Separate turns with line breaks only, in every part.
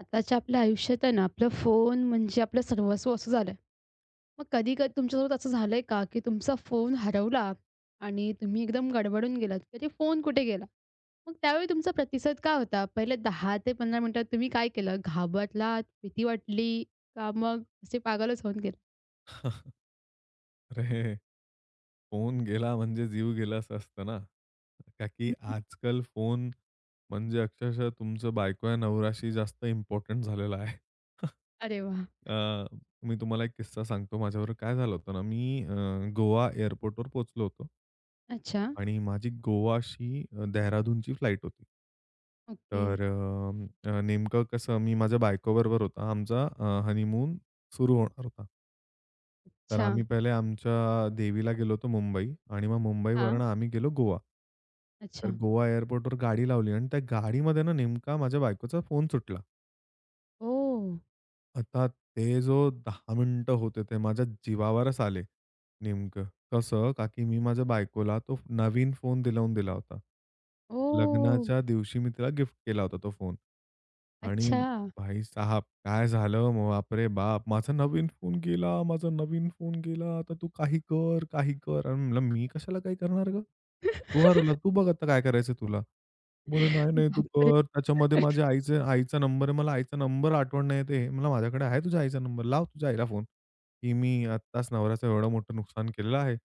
आताच्या आपल्या आयुष्यात आहे ना, आपलं फोन म्हणजे आपलं सर्वस्व असं झालंय. मग कधी कधी तुमच्यासोबत असं झालंय का, की तुमचा फोन हरवला आणि तुम्ही एकदम गडबडून गेलात, की "अरे फोन कुठे गेला?" मग त्यावेळी तुमचा प्रतिसाद काय होता? पहिले 10 ते 15 मिनिटात तुम्ही काय केलं? घाबरलात, भीती वाटली का मग असे पागलच होऊन गेले?
अरे! फोन गेला म्हणजे जीव गेला असं असतं ना. का की
हं.
आजकाल फोन म्हणजे अक्षरशः तुमचं बायको या नवऱ्याशी जास्त इम्पोर्टंट झालेला आहे.
अरे वाह!
अ, मी तुम्हाला एक किस्सा सांगतो. माझ्याबरोबर काय झालं होतं ना, मी गोवा एअरपोर्टवर पोहोचलो होतो
अच्छा.
आणि माझी गोवाशी देहरादूनची फ्लाईट होती.
ओके.
तर नेमकं कसं मी माझ्या बायकोबरोबर होता. आमचा हनीमून सुरू होणार होता. तर
अच्छा.
आम्ही पहिले आमच्या देवीला गेलो होतो मुंबई आणि मग
हां.
मुंबईवरनं आम्ही गेलो गोवा. तर
अच्छा.
गोवा एअरपोर्टवर गाडी लावली आणि त्या गाडीमध्ये ना नेमका माझ्या बायकोचा फोन सुटला.
ओह!
आता ते जो 10 मिनिटं होते ते माझ्या जीवावरच आले. नेमकं कसं? का की मी माझ्या बायकोला तो नवीन फोन दिलावून दिला होता.
ओह!
लग्नाच्या दिवशी मी तिला गिफ्ट केला होता तो फोन. आणि
अच्छा.
भाई साहब काय झालं मग बापरे बाप! माझा नवीन फोन गेला, माझा नवीन फोन गेला. आता तू काही कर, काही कर. आणि म्हणलं, "मी कशाला काही करणार गं? तू हरवला, तू बघ आता काय करायचं तुला." बोलले, "नाही, नाही तू
बापरे!
कर." त्याच्यामध्ये माझ्या आईचा नंबर आहे. मला आईचा नंबर आठवण नाही येत आहे. म्हणलं, "माझ्याकडे आहे तुझ्या आईचा नंबर. लाव तुझ्या आईला फोन, की मी आत्ताच नवऱ्याचं एवढं मोठं नुकसान केलेलं आहे."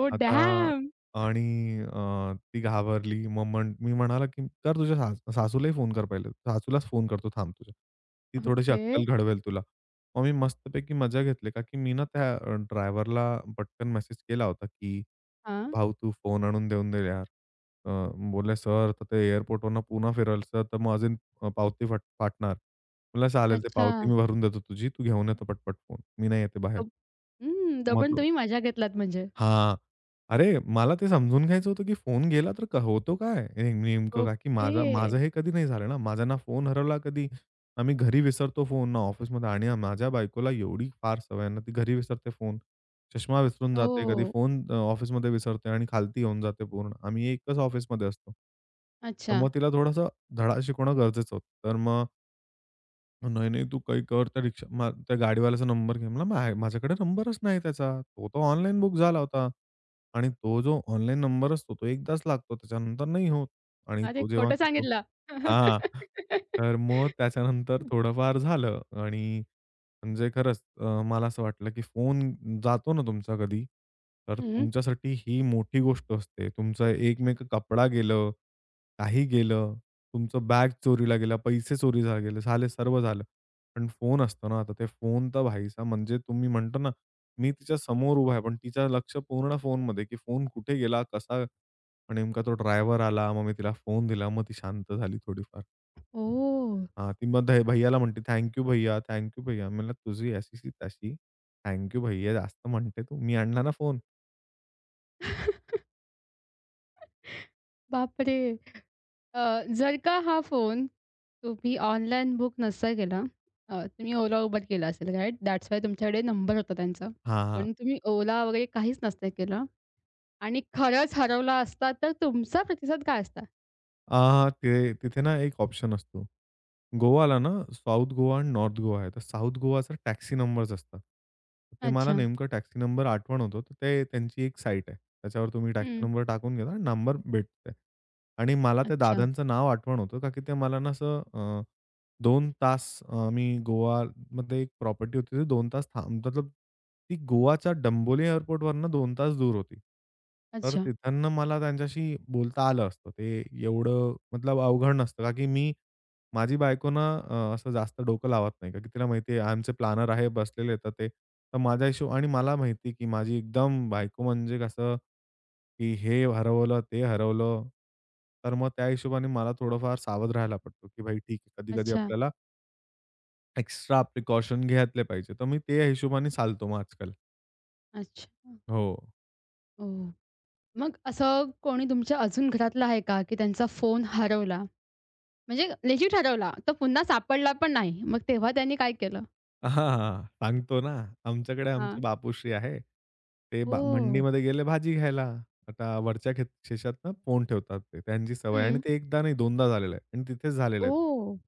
ओह
आता
डॅम!
आणि ती घाबरली. मग मी म्हणाला, की "कर तुझ्या सासूलाही फोन कर पहिले. सासूलाच फोन करतो थांब तुझ्या. ती थोडीशी
ओके.
अक्कल घडवेल तुला." मग मी मस्तपैकी मजा घेतली का की मी ना त्या ड्रायव्हरला पटकन मेसेज केला होता, की
हां.
"भाऊ, तू फोन आणून देऊन दे यार." अ, बोलले, "सर, तर ते एअरपोर्टवरनं पुन्हा फिरायचं तर मग अजून पावती फाटणार." म्हणलं, "चालेल, ते
अच्छा.
पावती मी भरून देतो तुझी. तू घेऊन ये तो पटपट फोन. मी नाही येते बाहेर."
दब हं,
मग
दबण
तो
तुम्ही मजा घेतलात म्हणजे.
हां. अरे, मला ते समजून घ्यायचं होतं, की फोन गेला तर क होतो काय? हे नेमकं का की
ओके.
माझं हे कधी नाही झालं ना. माझा ना फोन हरवला कधी. ना घरी विसरतो फोन, ना ऑफिसमध्ये आणि माझ्या बायकोला एवढी फार सवय आहे ना, ती घरी विसरते फोन. चष्मा विसरून जाते, कधी
ओह!
फोन ऑफिसमध्ये विसरते आणि खालती येऊन जाते पूर्ण. आम्ही एकच ऑफिसमध्ये असतो. तर
अच्छा.
मग तिला थोडासा धडा शिकवणं गरजेचं होतं. तर मग नाही, नाही. तू काही कर त्या रिक्षा मा त्या गाडीवाल्याचा नंबर घे. म्हणला, "माझ्याकडे नंबरच नाही त्याचा. तो तर ऑनलाईन बुक झाला होता आणि तो जो ऑनलाईन नंबर असतो तो एकदाच लागतो. त्याच्यानंतर नाही होत आणि
अरे,
तो जेव्हा
खोटं
घेतो"
सांगितलं.
हां. तर मग त्याच्यानंतर थोडंफार झालं आणि म्हणजे खरंच मला असं वाटलं, की फोन जातो ना तुमचा कधी, तर
हं.
तुमच्यासाठी ही मोठी गोष्ट असते. तुमचं एकमेक कपडा गेलं काही गेलं, तुमचं बॅग चोरीला गेला, पैसे चोरीला गेले, झाले सर्व झालं. पण फोन असतो ना, आता ते फोन तर भाईसाहब म्हणजे तुम्ही म्हणतो ना, मी तिच्या समोर उभा आहे, पण तिचं लक्ष पूर्ण फोनमध्ये, की फोन कुठे गेला, कसा आणि नेमका तो ड्रायव्हर आला. मग मी तिला फोन दिला. मग ती शांत झाली थोडीफार.
ओह!
हां, ती मग भैय्याला म्हणते, "थँक यू भैय्या, थँक म्हणलं, "तुझी अशीची तशी, थँक यू जास्त म्हणते तू. मी आणला ना फोन."
बापरे! अ, जर का हा फोन तुम्ही ऑनलाईन बुक नसता केला, तुम्ही Ola, Uber केला असेल राइट? दॅट्स वाय तुमच्याकडे नंबर होता त्यांचा.
हां, हां.
पण तुम्ही Ola वगैरे काहीच नसतं केलं आणि खरंच हरवला असता, तर तुमचा प्रतिसाद काय असता?
अ, ते तिथे ना एक ऑप्शन असतो. गोवाला ना साउथ गोवा आणि नॉर्थ गोवा आहे. तर साउथ गोवाचा टॅक्सी नंबर्स असतात. ते मला
अच्छा.
नेमकं टॅक्सी नंबर आठवण होतो. तर ते त्यांची एक साईट आहे. त्याच्यावर तुम्ही टॅक्सी
हं.
नंबर टाकून घेता आणि नंबर भेटते. आणि मला त्या
अच्छा,
दादांचं नाव आठवण होतं, का की ते मला ना असं 2 तास आम्ही गोवामध्ये एक प्रॉपर्टी होती. ते 2 तास थांब मतलब ती गोवाच्या डंबोली एअरपोर्टवरनं 2 तास दूर होती. तर
अच्छा,
तिथून मला त्यांच्याशी बोलता आलं असतं. ते एवढं मतलब अवघड नसतं, का की मी माझी बायको ना असं जास्त डोकं लावत नाही का की तिला माहिती आहे आमचे प्लॅनर आहे बसलेले तर ते. तर माझ्या हिशोब आणि मला माहिती की माझी एकदम बायको म्हणजे कसं, की हे हरवलं, ते हरवलं. तर मग त्या हिशोबाने मला थोडंफार सावध राहायला पडतो, की भाई ठीक आहे कधी-कधी
अच्छा,
आपल्याला एक्स्ट्रा प्रिकॉशन घेतले पाहिजे. तर मी ते हिशोबाने चालतो मग आजकाल.
अच्छा.
हो.
ओह! मग असं कोणी तुमच्या अजून घरातलं आहे का, की त्यांचा फोन हरवला? म्हणजे लेजिट हरवला, तो पुन्हा सापडला पण नाही. मग तेव्हा त्यांनी काय केलं?
हां, हां. सांगतो ना, आमच्याकडे आमचे
हां.
बापूश्री आहे. ते बा
ओह!
मंडीमध्ये गेले भाजी घ्यायला. आता वरच्या शेशातनं फोन ठेवतात ते. त्यांची सवय आहे आणि
हं.
ते एकदा नाही दोनदा झालेलं आहे आणि तिथेच झालेलं आहे.
ओह!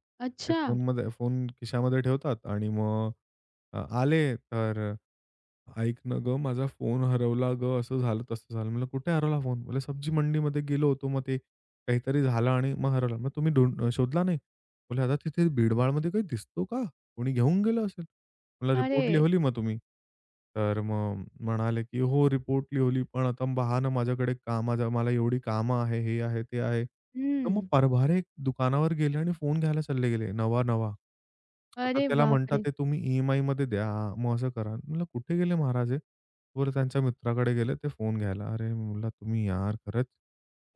ते
अच्छा.
फोनमध्ये फोन खिशामध्ये ठेवतात आणि मग आले तर "ऐक ना गं, माझा फोन हरवला गं, असं झालं, तसं झालं." म्हणलं, "कुठे हरवला फोन?" बोलले, "सब्जी मंडीमध्ये गेलो होतो. मग ते काहीतरी झालं आणि मग हरवला." "मग तुम्ही ढूंढ शोधला नाही?" बोलले, "आता तिथे भीडभाडमध्ये काही दिसतो का?" कोणी घेऊन गेलं असेल. मला
अरे!
रिपोर्ट लिहवली मग तुम्ही. तर मग म्हणाले, की "हो, रिपोर्ट लिहवली, पण आता पहा ना माझ्याकडे कामाचं मला एवढी कामं आहे, हे आहे, ते आहे." तर मग
हं.
परभारे दुकानावर गेले आणि फोन घ्यायला चालले गेले नवा-नवा. आता
अरे
त्याला म्हणतात
बापरे!
ते तुम्ही ई-एम-आयमध्ये द्या, मग असं करा. म्हणलं, "कुठे गेले महाराज हे?" बोलले, "त्यांच्या मित्राकडे गेले ते फोन घ्यायला." अरे म्हणलं, "तुम्ही यार खरंच."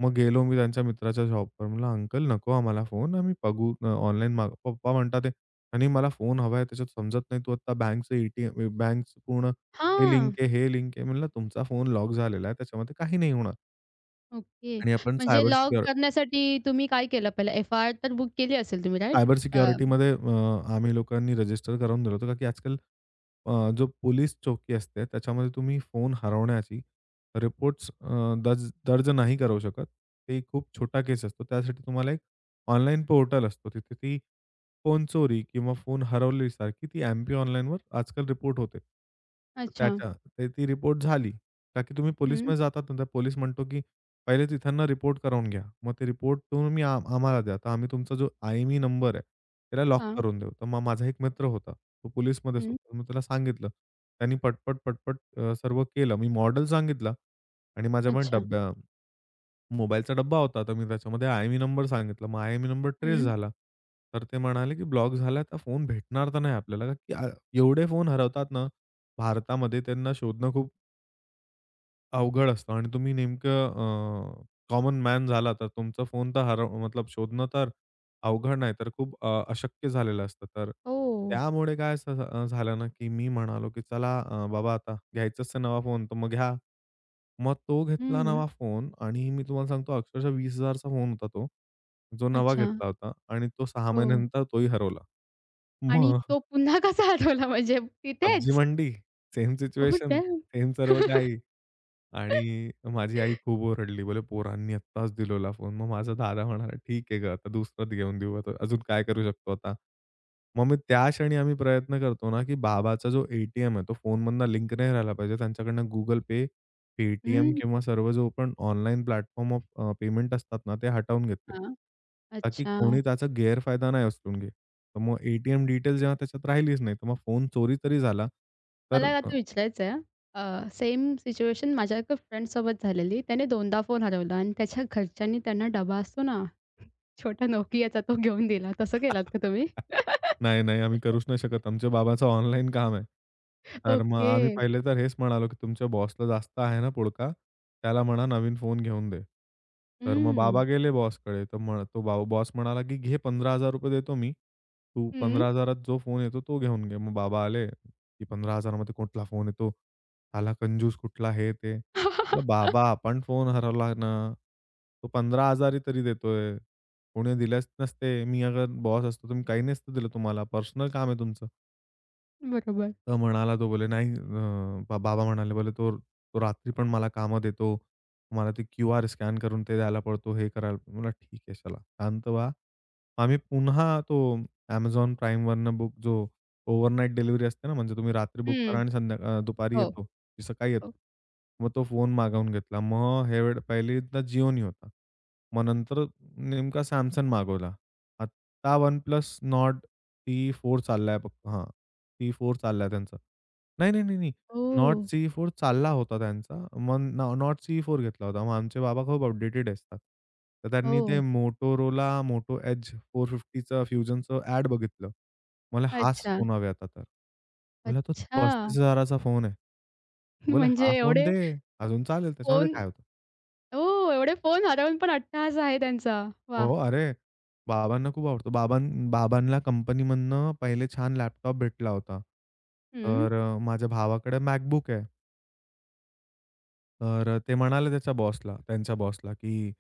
मग गेलो मी त्यांच्या मित्राच्या शॉपवर. म्हणलं, "अंकल नको आम्हाला फोन. आम्ही बघू ऑनलाईन मागवू." पप्पा म्हणतात आहे, "आणि मला फोन हवा आहे त्याच्यात समजत नाही. तू आता बँकचं ए-टी-एम बँकचं पूर्ण हे
हां.
लिंक आहे, हे लिंक आहे." म्हणलं, "तुमचा फोन लॉक झालेला आहे. त्याच्यामध्ये काही नाही होणार."
ओके.
आणि आपण
म्हणजे
सायबर
लॉग
सिक्युर
करण्यासाठी तुम्ही काय केलं पहिलं? FIR तर बुक केली असेल तुम्ही, राइट?
सायबर सिक्युरिटीमध्ये आम्ही लोकांनी रजिस्टर करून दिलं होतं, का की आजकाल जो पोलीस चौकी असते, त्याच्यामध्ये तुम्ही फोन हरवण्याची रिपोर्ट्स दर्ज नाही करू शकत. ते खूप छोटा केस असतो. त्यासाठी तुम्हाला एक ऑनलाईन पोर्टल असतो. तिथे ती फोन चोरी किंवा फोन हरवल्यासारखी ती एम-पी ऑनलाईनवर आजकाल रिपोर्ट होते. तर
अच्छा.
त्याच्या ते ती रिपोर्ट झाली, का की तुम्ही
हं.
पोलिसमध्ये जातात ना, तर पोलीस म्हणतो की पहिले तिथं रिपोर्ट करवून घ्या. मग ते रिपोर्ट तुम्ही आम्हाला द्या. तर आम्ही तुमचा जो आयएमई नंबर आहे, त्याला लॉक
हां.
करून देऊ. तर मग माझा एक मित्र होता. तो पोलिसमध्येच
हं.
होता. मी त्याला सांगितलं. त्यांनी पटपट, पटपट सर्व केलं. मी मॉडेल सांगितला आणि माझ्यामध्ये
अच्छा.
डब्या मोबाईलचा डब्बा होता. तर मी त्याच्यामध्ये आयएमई नंबर सांगितला. मग आयएमई नंबर ट्रेस
हं.
झाला. तर ते म्हणाले, की ब्लॉक झाला तर फोन भेटणार तर नाही आपल्याला, का की एवढे फोन हरवतात ना, भारतामध्ये त्यांना शोधणं खूप अवघड असतं आणि तुम्ही नेमकं कॉमन मॅन झाला तर तुमचा फोन तर हरव मतलब शोधणं तर अवघड नाही, तर खूप अशक्य झालेलं असतं. तर
ओह!
त्यामुळे काय असं झालं ना, की मी म्हणालो, की "चला बाबा आता घ्यायचाच आहे नवा फोन, तर मग घ्या." मग तो घेतला
हं.
नवा फोन आणि मी तुम्हाला सांगतो अक्षरशः 20,000 चा फोन होता तो, जो नवा
अच्छा.
घेतला होता आणि तो 6
हो.
महिन्यानंतर तोही हरवला.
आणि
मग
तो पुन्हा कसा आठवला म्हणजे
PUBG
तिथेच?
मंडी, same
oh
situation,
damn!
Same सर्व काही. आणि माझी आई खूप ओरडली. बोले, "पोरांनी आत्ताच दिलेला फोन." मग माझा दादा म्हणाला, "ठीक आहे गं, आता दुसराच घेऊन देऊ. आता अजून काय करू शकतो आता?" मग मी त्या क्षणी आम्ही प्रयत्न करतो ना, की बाबाचा जो ए टी आहे, तो फोनमधनं लिंक नाही राहिला पाहिजे. त्यांच्याकडनं Google Pay, पेटीएम
हं.
किंवा सर्व जो पण ऑनलाईन प्लॅटफॉर्म ऑफ पेमेंट असतात ना, ते हटवून घेतले.
हां.
ताकी
अच्छा.
कोणी त्याचा गैरफायदा नाही उचलून घे. तर मग ए डिटेल जेव्हा त्याच्यात राहिलीच नाही, तर मग फोन चोरी तरी झाला, तर
मला आता विचारायचं आहे सेम सिच्युएशन माझ्या एका फ्रेंडसोबत झालेली. त्याने 2दा फोन हरवला आणि त्याच्या घरच्यांनी त्यांना डबा असतो ना, छोटा Nokiaचा तो घेऊन दिला. तसं
अ
केलात का तुम्ही?
नाही, नाही. आम्ही करूच नाही शकत. आमच्या बाबाचं ऑनलाईन काम आहे. तर मग
ओके.
आम्ही पहिले तर हेच म्हणालो, की तुमच्या बॉसला जास्त आहे ना पुडका, त्याला म्हणा नवीन फोन घेऊन दे. तर मग
हं.
बाबा गेले बॉसकडे. तर मग तो बॉस म्हणाला, की "घे ₹15,000 देतो मी. तू
हं.
15,000त जो फोन येतो तो घेऊन घे." मग बाबा आले, की "15,000 मध्ये कुठला फोन येतो? साला कंजूस कुठला हे ते." म्हटलं, "बाबा आपण फोन हरवला ना. तो 15,000 तरी देतोय." कोणी दिल्याच नसते. मी अगर बॉस असतो, तर मी काही नसतं दिलं तुम्हाला. पर्सनल काम आहे तुमचं.
बरोबर.
तर म्हणाला तो बोले, "नाही बाबा म्हणाले बोले, "तो तो रात्री पण मला कामं देतो. मला ते क्यूआर स्कॅन करून ते द्यायला पडतो, हे करायला" म्हणलं, "ठीक आहे, चला शांत व्हा." आम्ही पुन्हा तो Amazon Primeवरनं बुक जो ओव्हरनाईट डिलिव्हरी असते ना, म्हणजे तुम्ही रात्री बुक
हं.
करा आणि दुपारी
हो,
येतो, की सकाळी
हो.
येतो. मग तो फोन मागवून घेतला. मग हे वेळ पहिल्यांदा Jioनी होता. मग नंतर नेमका Samsung मागवला. आत्ता OnePlus Nord T4 चाललाय फक्त. हां. सी4 चाललाय त्यांचा. नाही, नाही, नाही, नाही. हं.
ओह!
नॉट सी4 चालला होता त्यांचा. मग नॉट सी4 घेतला होता. मग आमचे बाबा खूप अपडेटेड असतात. तर त्यांनी ते
हो.
Motorola Moto Edge 450चं फ्युजनचं ॲड बघितलं. मला हाच
अच्छा.
फोन हवा आता तर. म्हणलं तो
अच्छा.
35,000 चा फोन आहे. तो बोलले,
म्हणजे
"हा फोन
एवढे
दे, अजून चालेल त्याच्यामध्ये
फोन
काय होतं."
हो, एवढे फोन हरवून पण अट्टहास आहे त्यांचा.
हो,
वाह!
अरे बाबांना खूप आवडतो. बाबांना कंपनीमधनं पहिले छान लॅपटॉप भेटला होता.
हं.
तर माझ्या भावाकडे MacBook आहे. तर ते म्हणाले त्याच्या बॉसला त्यांच्या बॉसला, की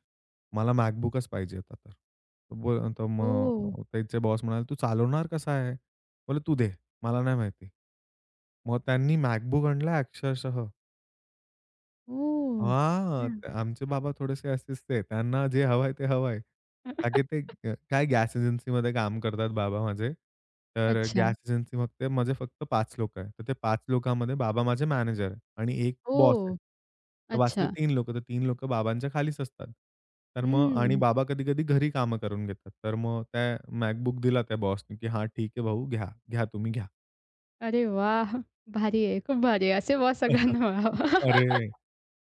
"मला MacBookच पाहिजे आता तर." तो बोल तर
ओह!
मग त्यांचे बॉस म्हणाले, "तू चालवणार कसा आहे?" बोलले, "तू दे, मला नाही माहिती." मग त्यांनी MacBook आणला अक्षरशः.
ओह!
हां,
हं.
त आमचे बाबा थोडेसे असेच ते. त्यांना जे हवंय ते हवंय. का की ते काय गॅस एजन्सीमध्ये काम करतात बाबा माझे. तर
अच्छा.
गॅस एजन्सी मग ते माझे फक्त 5 लोकं आहे. तर ते 5 लोकांमध्ये बाबा माझे मॅनेजर आहे आणि 1 बॉस आहे.
ओह!
तर वाचले
अच्छा.
3 लोकं. तर 3 लोकं बाबांच्या खालीच असतात. तर मग आणि
हं.
बाबा कधी-कधी घरी कामं करून घेतात. तर मग त्या MacBook दिला त्या बॉसनी, की "हां, ठीक आहे भाऊ घ्या. घ्या तुम्ही घ्या."
अरे वाह! भारी आहे, खूप भारी आहे. असे बॉस सगळ्यांना मिळावं.
अरे!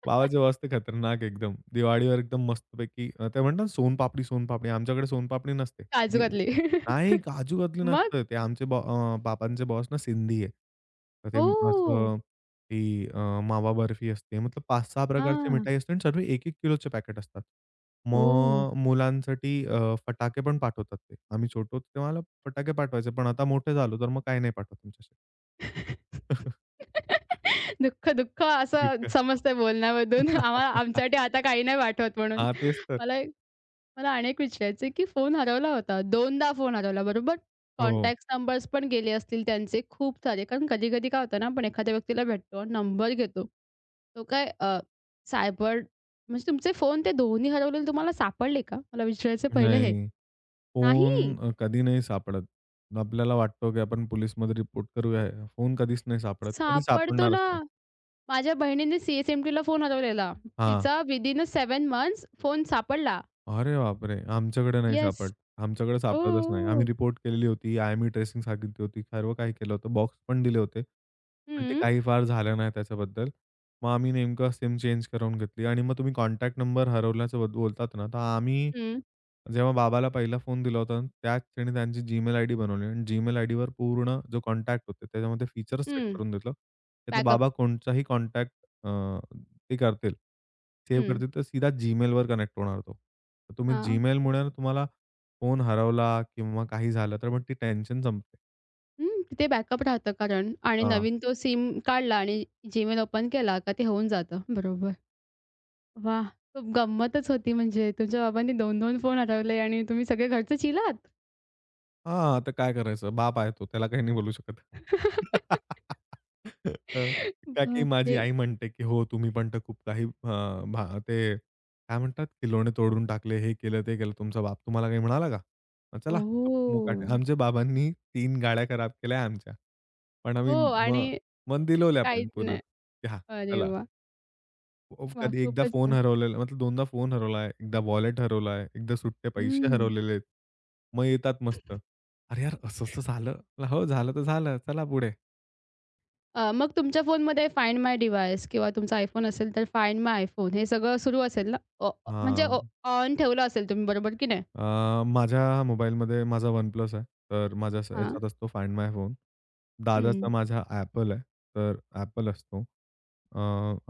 बाबाची वाजते खतरनाक एकदम. दिवाळीवर एकदम मस्तपैकी ते म्हणतात ना सोनपापडी, सोनपापडी. आमच्याकडे सोनपापडी नसते. दि
काजू-कतली.
नाही काजू कतली
मग?
नसतं. ते आमचे बाबांचे बॉस ना सिंधी आहे. तर ते
ओह!
असं अ, मावा बर्फी असते. मतलब 5-6 प्रकारची
हां.
मिठाई असते आणि सर्व 1-1 किलोचे पॅकेट असतात.
ओह!
मग मुलांसाठी फटाके पण पाठवतात ते. आम्ही छोटे होतो तेव्हा मला फटाके पाठवायचे. पण आता मोठे झालो तर मग काही नाही पाठवत तुमच्याशी.
दुःख, दुःख असं
दुःख.
समजतंय बोलण्यामधून. आम्हाला आमच्यासाठी आता काही नाही पाठवत म्हणून.
हां, तेच तर.
मला मला आणि एक की फोन हरवला होता. 2दा फोन हरवला, बरोबर?
हो.
कॉन्टॅक्ट नंबर्स पण गेले असतील त्यांचे खूप सारे. कारण कधी-कधी काय होतं ना, आपण एखाद्या व्यक्तीला भेटतो आणि नंबर घेतो. तो काय सायबर म्हणजे तुमचे फोन ते दोन्ही हरवलेले तुम्हाला सापडले का? मला विचारायचं पहिलं हे.
नाही. फोन
नाही,
कधी नाही सापडत. आपल्याला वाटतो की आपण पोलिसमध्ये रिपोर्ट करूया. फोन कधीच नाही सापडत. कधी
सापडतो ना.
सापडणारच नाही.
माझ्या बहिणीने CS फोन हरवलेला.
हां.
तिचा विदिन मंथ्स फोन सापडला.
अरे बापरे! आमच्याकडे नाही
येस.
सापडत. आमच्याकडे सापडतच नाही. आम्ही
ओह!
रिपोर्ट केलेली होती. आय-एम-ई ट्रेसिंग सांगितली होती. सर्व काही केलं होतं. बॉक्स पण दिले होते. पण ते
हं,
काही फार झालं नाही त्याच्याबद्दल. मग आम्ही नेमकं सिम चेंज करून घेतली आणि मग तुम्ही कॉन्टॅक्ट नंबर हरवल्याचं बद्द बोलतात ना, तर आम्ही
हं,
जेव्हा बाबाला पहिला फोन दिला होता, त्याच क्षणी त्यांची Gmail आयडी बनवली आणि Gmail आयडीवर पूर्ण जो कॉन्टॅक्ट होते, त्याच्यामध्ये फीचर्स सेट
हं.
करून घेतलं. त्याचा
बॅकअप.
बाबा कोणताही कॉन्टॅक्ट अ ते करतील. सेव्ह
हं.
करतील तर सीधा Gmailवर कनेक्ट होणार तो. तर तुम्ही
हां.
Gmailमुळे ना तुम्हाला फोन हरवला किंवा काही झालं तर मग ती टेन्शन संपते.
हं, तिथे बॅकअप राहतं कारण आणि
हां.
नवीन तो सिम काढला आणि Gmail ओपन केला का ते होऊन जातं. बरोबर. वाह! खूप गंमतच होती म्हणजे तुमच्या बाबांनी 2-2 फोन हरवले आणि तुम्ही सगळे घरचे चिल्लात.
हां, तर काय करायचं? बाप आहे तो, त्याला काही नाही बोलू शकत. हं. का की
बापरे!
माझी आई म्हणते, की "हो, तुम्ही पण तर खूप काही अ, भा ते काय म्हणतात? खिलोणे तोडून टाकले, हे केलं, ते केलं. तुमचा बाप तुम्हाला काही म्हणाला का? मग चला,
ओह!
मुकाट्या." आमच्या बाबांनी 3 गाड्या खराब केल्या आमच्या. पण
हो
आम्ही मग
आणि
मग दिलवल्या पण
काहीच
पुन्हा,
नाही.
की "हां,
अरे
चला."
वाह!
उफ,
वाह!
कधी एकदा
खूपच
फोन
छान.
हरवलेला मतलब दोनदा फोन हरवला आहे, एकदा वॉलेट हरवला आहे, एकदा सुट्टे पैसे
हं.
हरवलेले आहेत. मग येतात मस्त. "अरे यार, असं-असं झालं." म्हटलं, "हो, झालं तर झालं. चला पुढे."
मग तुमच्या फोनमध्ये फाइंड माय डिव्हाइस किंवा तुमचा iPhone असेल तर फाइंड माय iPhone हे सगळं सुरू असेल ना? अ, अ, म्हणजे
हां.
ऑन ठेवलं असेल तुम्ही बरोबर की नाही?
माझ्या मोबाईलमध्ये माझा OnePlus आहे. तर माझ्या हं.
हां.
ह्याच्यात असतो फाइंड माय फोन. दादाचा
हं.
माझा Apple आहे. तर Apple असतो. अ,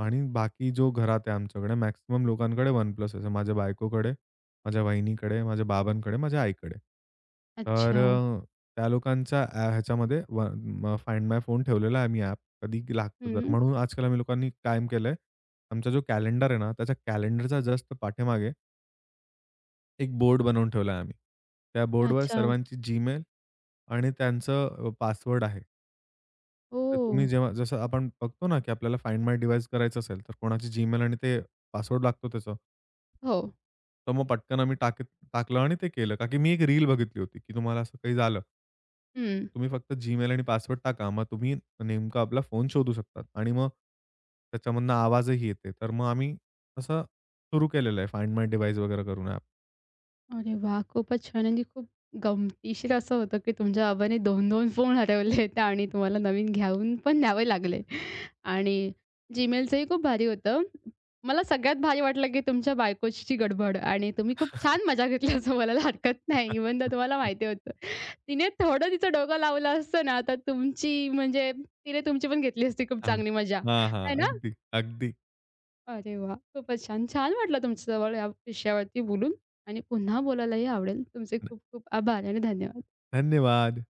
आणि बाकी जो घरात आहे आमच्याकडे मॅक्सिमम लोकांकडे OnePlus आहे. माझ्या बायकोकडे, माझ्या वहिनीकडे, माझ्या बाबांकडे, माझ्या आईकडे. तर
अच्छा.
त्या लोकांच्या ह्याच्यामध्ये वन फाइंड माय फोन ठेवलेला आहे मी ॲप. कधी लागतं तर.
हं.
म्हणून आजकाल आम्ही लोकांनी कायम केलंय, आमचा जो कॅलेंडर आहे ना, त्याच्या कॅलेंडरच्या जस्ट पाठीमागे एक बोर्ड बनवून ठेवला आहे आम्ही. त्या बोर्डवर
अच्छा.
सर्वांची जीमेल आणि त्यांचं पासवर्ड आहे. तर
ओह!
तुम्ही जेव्हा जसं आपण बघतो ना, की आपल्याला फाइंड माय डिव्हाइस करायचं असेल, तर कोणाची Gmail आणि ते पासवर्ड लागतो त्याचा.
हो.
तर मग पटकन आम्ही टाकीत टाकलं आणि ते केलं. का की मी एक रील बघितली होती, की तुम्हाला असं काही झालं
हं.
तुम्ही फक्त Gmail आणि पासवर्ड टाका. मग तुम्ही नेमका आपला फोन शोधू शकतात आणि मग त्याच्यामधनं आवाजही येते. तर मग आम्ही असं सुरू केलेलं आहे फाइंड माय डिव्हाइस वगैरे करून ॲप.
अरे वाह! खूपच छान आणि खूप गमतीशीर असं होतं, की तुमच्या बाबांनी 2-2 फोन हरवलेत आणि तुम्हाला नवीन घेऊन पण न्यावे लागले. आणि Gmailचंही खूप भारी होतं. मला सगळ्यात भारी वाटलं, की तुमच्या बायकोची गडबड आणि तुम्ही खूप छान मजा घेतली असं बोलायला हरकत नाही. इव्हन तर तुम्हाला माहिती होतं. तिने थोडं तिचं डोकं लावलं असतं ना, तर तुमची म्हणजे तिने तुमची पण घेतली असती खूप
हां.
चांगली मजा.
हां, हां.
है ना?
अगदी, अगदी.
अरे वाह! खूपच छान. छान वाटलं तुमच्याजवळ या विषयावरती बोलून आणि पुन्हा बोलायलाही आवडेल. तुमचे खूप खूप आभार आणि धन्यवाद.
धन्यवाद.